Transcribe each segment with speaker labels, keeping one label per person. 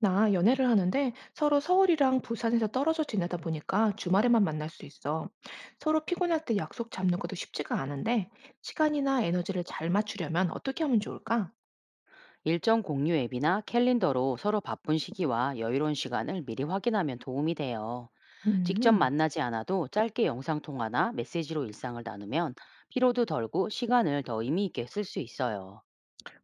Speaker 1: 나 연애를 하는데 서로 서울이랑 부산에서 떨어져 지내다 보니까 주말에만 만날 수 있어. 서로 피곤할 때 약속 잡는 것도 쉽지가 않은데 시간이나 에너지를 잘 맞추려면 어떻게 하면 좋을까?
Speaker 2: 일정 공유 앱이나 캘린더로 서로 바쁜 시기와 여유로운 시간을 미리 확인하면 도움이 돼요. 직접
Speaker 1: 음,
Speaker 2: 만나지 않아도 짧게 영상통화나 메시지로 일상을 나누면 피로도 덜고 시간을 더 의미 있게 쓸 수 있어요.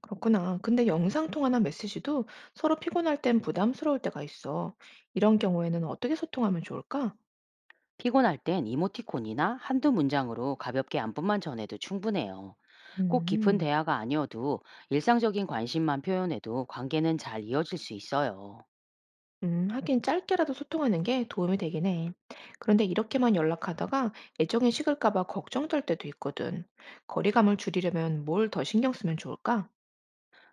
Speaker 1: 그렇구나. 근데 영상통화나 메시지도 서로 피곤할 땐 부담스러울 때가 있어. 이런 경우에는 어떻게 소통하면 좋을까?
Speaker 2: 피곤할 땐 이모티콘이나 한두 문장으로 가볍게 안부만 전해도 충분해요. 꼭 깊은
Speaker 1: 음.
Speaker 2: 대화가 아니어도 일상적인 관심만 표현해도 관계는 잘 이어질 수 있어요.
Speaker 1: 하긴 짧게라도 소통하는 게 도움이 되긴 해. 그런데 이렇게만 연락하다가 애정이 식을까 봐 걱정될 때도 있거든. 거리감을 줄이려면 뭘 더 신경 쓰면 좋을까?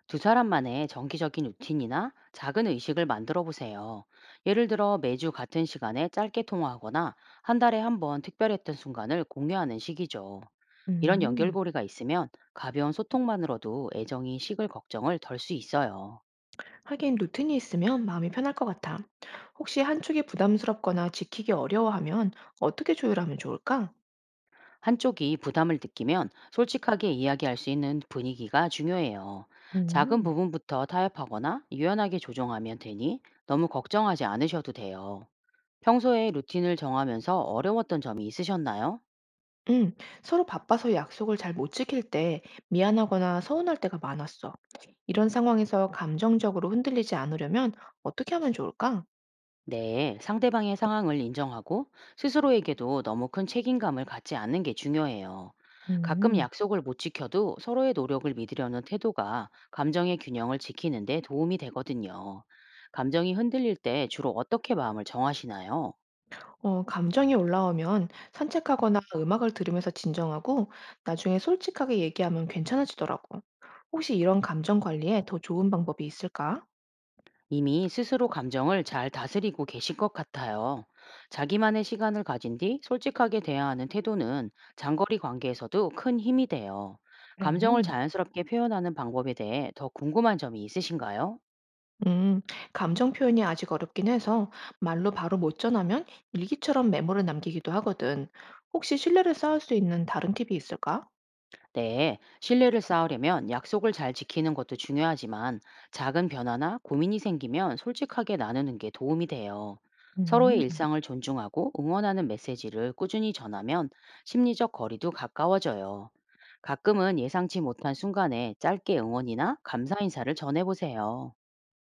Speaker 2: 두 사람만의 정기적인 루틴이나 작은 의식을 만들어 보세요. 예를 들어 매주 같은 시간에 짧게 통화하거나 한 달에 한 번 특별했던 순간을 공유하는 식이죠. 이런
Speaker 1: 음,
Speaker 2: 연결고리가 있으면 가벼운 소통만으로도 애정이 식을 걱정을 덜 수 있어요.
Speaker 1: 하긴 루틴이 있으면 마음이 편할 것 같아. 혹시 한쪽이 부담스럽거나 지키기 어려워하면 어떻게 조율하면 좋을까?
Speaker 2: 한쪽이 부담을 느끼면 솔직하게 이야기할 수 있는 분위기가 중요해요. 작은
Speaker 1: 음,
Speaker 2: 부분부터 타협하거나 유연하게 조정하면 되니 너무 걱정하지 않으셔도 돼요. 평소에 루틴을 정하면서 어려웠던 점이 있으셨나요?
Speaker 1: 음, 서로 바빠서 약속을 잘 못 지킬 때 미안하거나 서운할 때가 많았어. 이런 상황에서 감정적으로 흔들리지 않으려면 어떻게 하면 좋을까?
Speaker 2: 네, 상대방의 상황을 인정하고 스스로에게도 너무 큰 책임감을 갖지 않는 게 중요해요. 가끔
Speaker 1: 음.
Speaker 2: 약속을 못 지켜도 서로의 노력을 믿으려는 태도가 감정의 균형을 지키는 데 도움이 되거든요. 감정이 흔들릴 때 주로 어떻게 마음을 정하시나요?
Speaker 1: 감정이 올라오면 산책하거나 음악을 들으면서 진정하고 나중에 솔직하게 얘기하면 괜찮아지더라고. 혹시 이런 감정 관리에 더 좋은 방법이 있을까?
Speaker 2: 이미 스스로 감정을 잘 다스리고 계실 것 같아요. 자기만의 시간을 가진 뒤 솔직하게 대화하는 태도는 장거리 관계에서도 큰 힘이 돼요.
Speaker 1: 그래.
Speaker 2: 감정을 자연스럽게 표현하는 방법에 대해 더 궁금한 점이 있으신가요?
Speaker 1: 음, 감정 표현이 아직 어렵긴 해서 말로 바로 못 전하면 일기처럼 메모를 남기기도 하거든. 혹시 신뢰를 쌓을 수 있는 다른 팁이 있을까?
Speaker 2: 네, 신뢰를 쌓으려면 약속을 잘 지키는 것도 중요하지만 작은 변화나 고민이 생기면 솔직하게 나누는 게 도움이 돼요. 서로의
Speaker 1: 음.
Speaker 2: 일상을 존중하고 응원하는 메시지를 꾸준히 전하면 심리적 거리도 가까워져요. 가끔은 예상치 못한 순간에 짧게 응원이나 감사 인사를 전해보세요.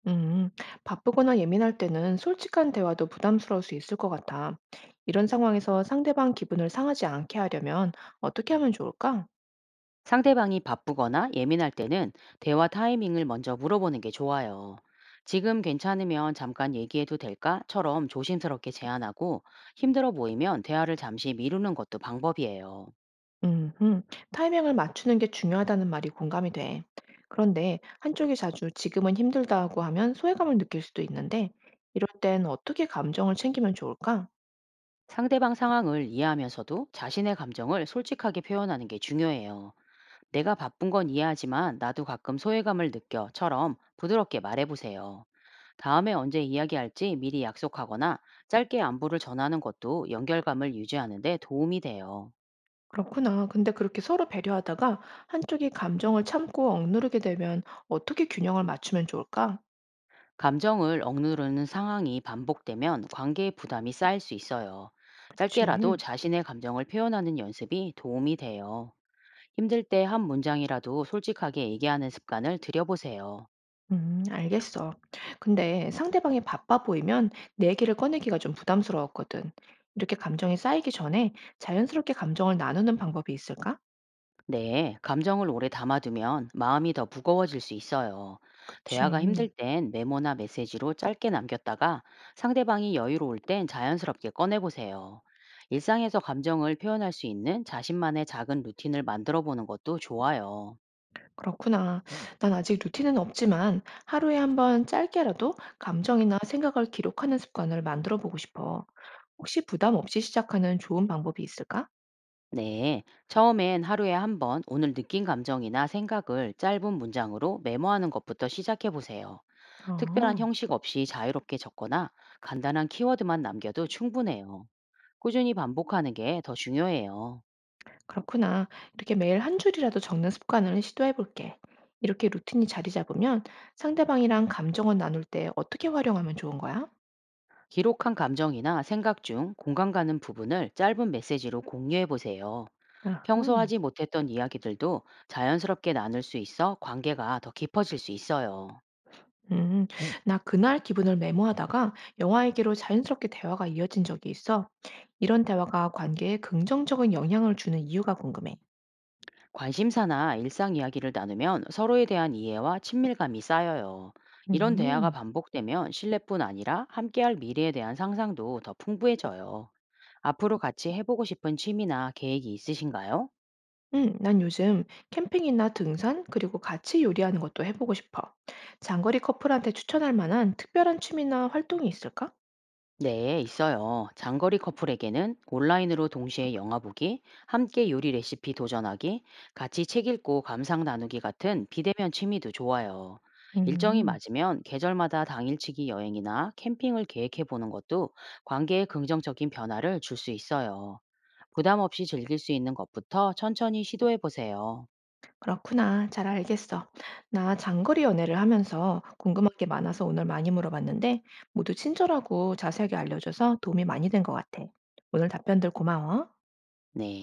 Speaker 1: 음, 바쁘거나 예민할 때는 솔직한 대화도 부담스러울 수 있을 것 같아. 이런 상황에서 상대방 기분을 상하지 않게 하려면 어떻게 하면 좋을까?
Speaker 2: 상대방이 바쁘거나 예민할 때는 대화 타이밍을 먼저 물어보는 게 좋아요. 지금 괜찮으면 잠깐 얘기해도 될까?처럼 조심스럽게 제안하고 힘들어 보이면 대화를 잠시 미루는 것도 방법이에요.
Speaker 1: 음, 음, 타이밍을 맞추는 게 중요하다는 말이 공감이 돼. 그런데 한쪽이 자주 지금은 힘들다 하고 하면 소외감을 느낄 수도 있는데, 이럴 땐 어떻게 감정을 챙기면 좋을까?
Speaker 2: 상대방 상황을 이해하면서도 자신의 감정을 솔직하게 표현하는 게 중요해요. 내가 바쁜 건 이해하지만 나도 가끔 소외감을 느껴처럼 부드럽게 말해보세요. 다음에 언제 이야기할지 미리 약속하거나 짧게 안부를 전하는 것도 연결감을 유지하는 데 도움이 돼요.
Speaker 1: 그렇구나. 근데 그렇게 서로 배려하다가 한쪽이 감정을 참고 억누르게 되면 어떻게 균형을 맞추면 좋을까?
Speaker 2: 감정을 억누르는 상황이 반복되면 관계에 부담이 쌓일 수 있어요.
Speaker 1: 그치.
Speaker 2: 짧게라도 자신의 감정을 표현하는 연습이 도움이 돼요. 힘들 때 한 문장이라도 솔직하게 얘기하는 습관을 들여보세요.
Speaker 1: 알겠어. 근데 상대방이 바빠 보이면 내 얘기를 꺼내기가 좀 부담스러웠거든. 이렇게 감정이 쌓이기 전에 자연스럽게 감정을 나누는 방법이 있을까?
Speaker 2: 네, 감정을 오래 담아두면 마음이 더 무거워질 수 있어요. 대화가
Speaker 1: 그치.
Speaker 2: 힘들 땐 메모나 메시지로 짧게 남겼다가 상대방이 여유로울 땐 자연스럽게 꺼내보세요. 일상에서 감정을 표현할 수 있는 자신만의 작은 루틴을 만들어 보는 것도 좋아요.
Speaker 1: 그렇구나. 난 아직 루틴은 없지만 하루에 한 번 짧게라도 감정이나 생각을 기록하는 습관을 만들어 보고 싶어. 혹시 부담 없이 시작하는 좋은 방법이 있을까?
Speaker 2: 네, 처음엔 하루에 한 번 오늘 느낀 감정이나 생각을 짧은 문장으로 메모하는 것부터 시작해 보세요. 특별한
Speaker 1: 어.
Speaker 2: 형식 없이 자유롭게 적거나 간단한 키워드만 남겨도 충분해요. 꾸준히 반복하는 게 더 중요해요.
Speaker 1: 그렇구나. 이렇게 매일 한 줄이라도 적는 습관을 시도해 볼게. 이렇게 루틴이 자리 잡으면 상대방이랑 감정을 나눌 때 어떻게 활용하면 좋은 거야?
Speaker 2: 기록한 감정이나 생각 중 공감 가는 부분을 짧은 메시지로 공유해 보세요. 평소
Speaker 1: 아하.
Speaker 2: 하지 못했던 이야기들도 자연스럽게 나눌 수 있어 관계가 더 깊어질 수 있어요.
Speaker 1: 네. 나 그날 기분을 메모하다가 영화 얘기로 자연스럽게 대화가 이어진 적이 있어. 이런 대화가 관계에 긍정적인 영향을 주는 이유가 궁금해.
Speaker 2: 관심사나 일상 이야기를 나누면 서로에 대한 이해와 친밀감이 쌓여요. 이런 대화가
Speaker 1: 음.
Speaker 2: 반복되면 신뢰뿐 아니라 함께할 미래에 대한 상상도 더 풍부해져요. 앞으로 같이 해보고 싶은 취미나 계획이 있으신가요?
Speaker 1: 난 요즘 캠핑이나 등산, 그리고 같이 요리하는 것도 해보고 싶어. 장거리 커플한테 추천할 만한 특별한 취미나 활동이 있을까?
Speaker 2: 네, 있어요. 장거리 커플에게는 온라인으로 동시에 영화 보기, 함께 요리 레시피 도전하기, 같이 책 읽고 감상 나누기 같은 비대면 취미도 좋아요. 일정이
Speaker 1: 음.
Speaker 2: 맞으면 계절마다 당일치기 여행이나 캠핑을 계획해 보는 것도 관계에 긍정적인 변화를 줄 수 있어요. 부담 없이 즐길 수 있는 것부터 천천히 시도해 보세요.
Speaker 1: 그렇구나. 잘 알겠어. 나 장거리 연애를 하면서 궁금한 게 많아서 오늘 많이 물어봤는데 모두 친절하고 자세하게 알려줘서 도움이 많이 된 것 같아. 오늘 답변들 고마워.
Speaker 2: 네.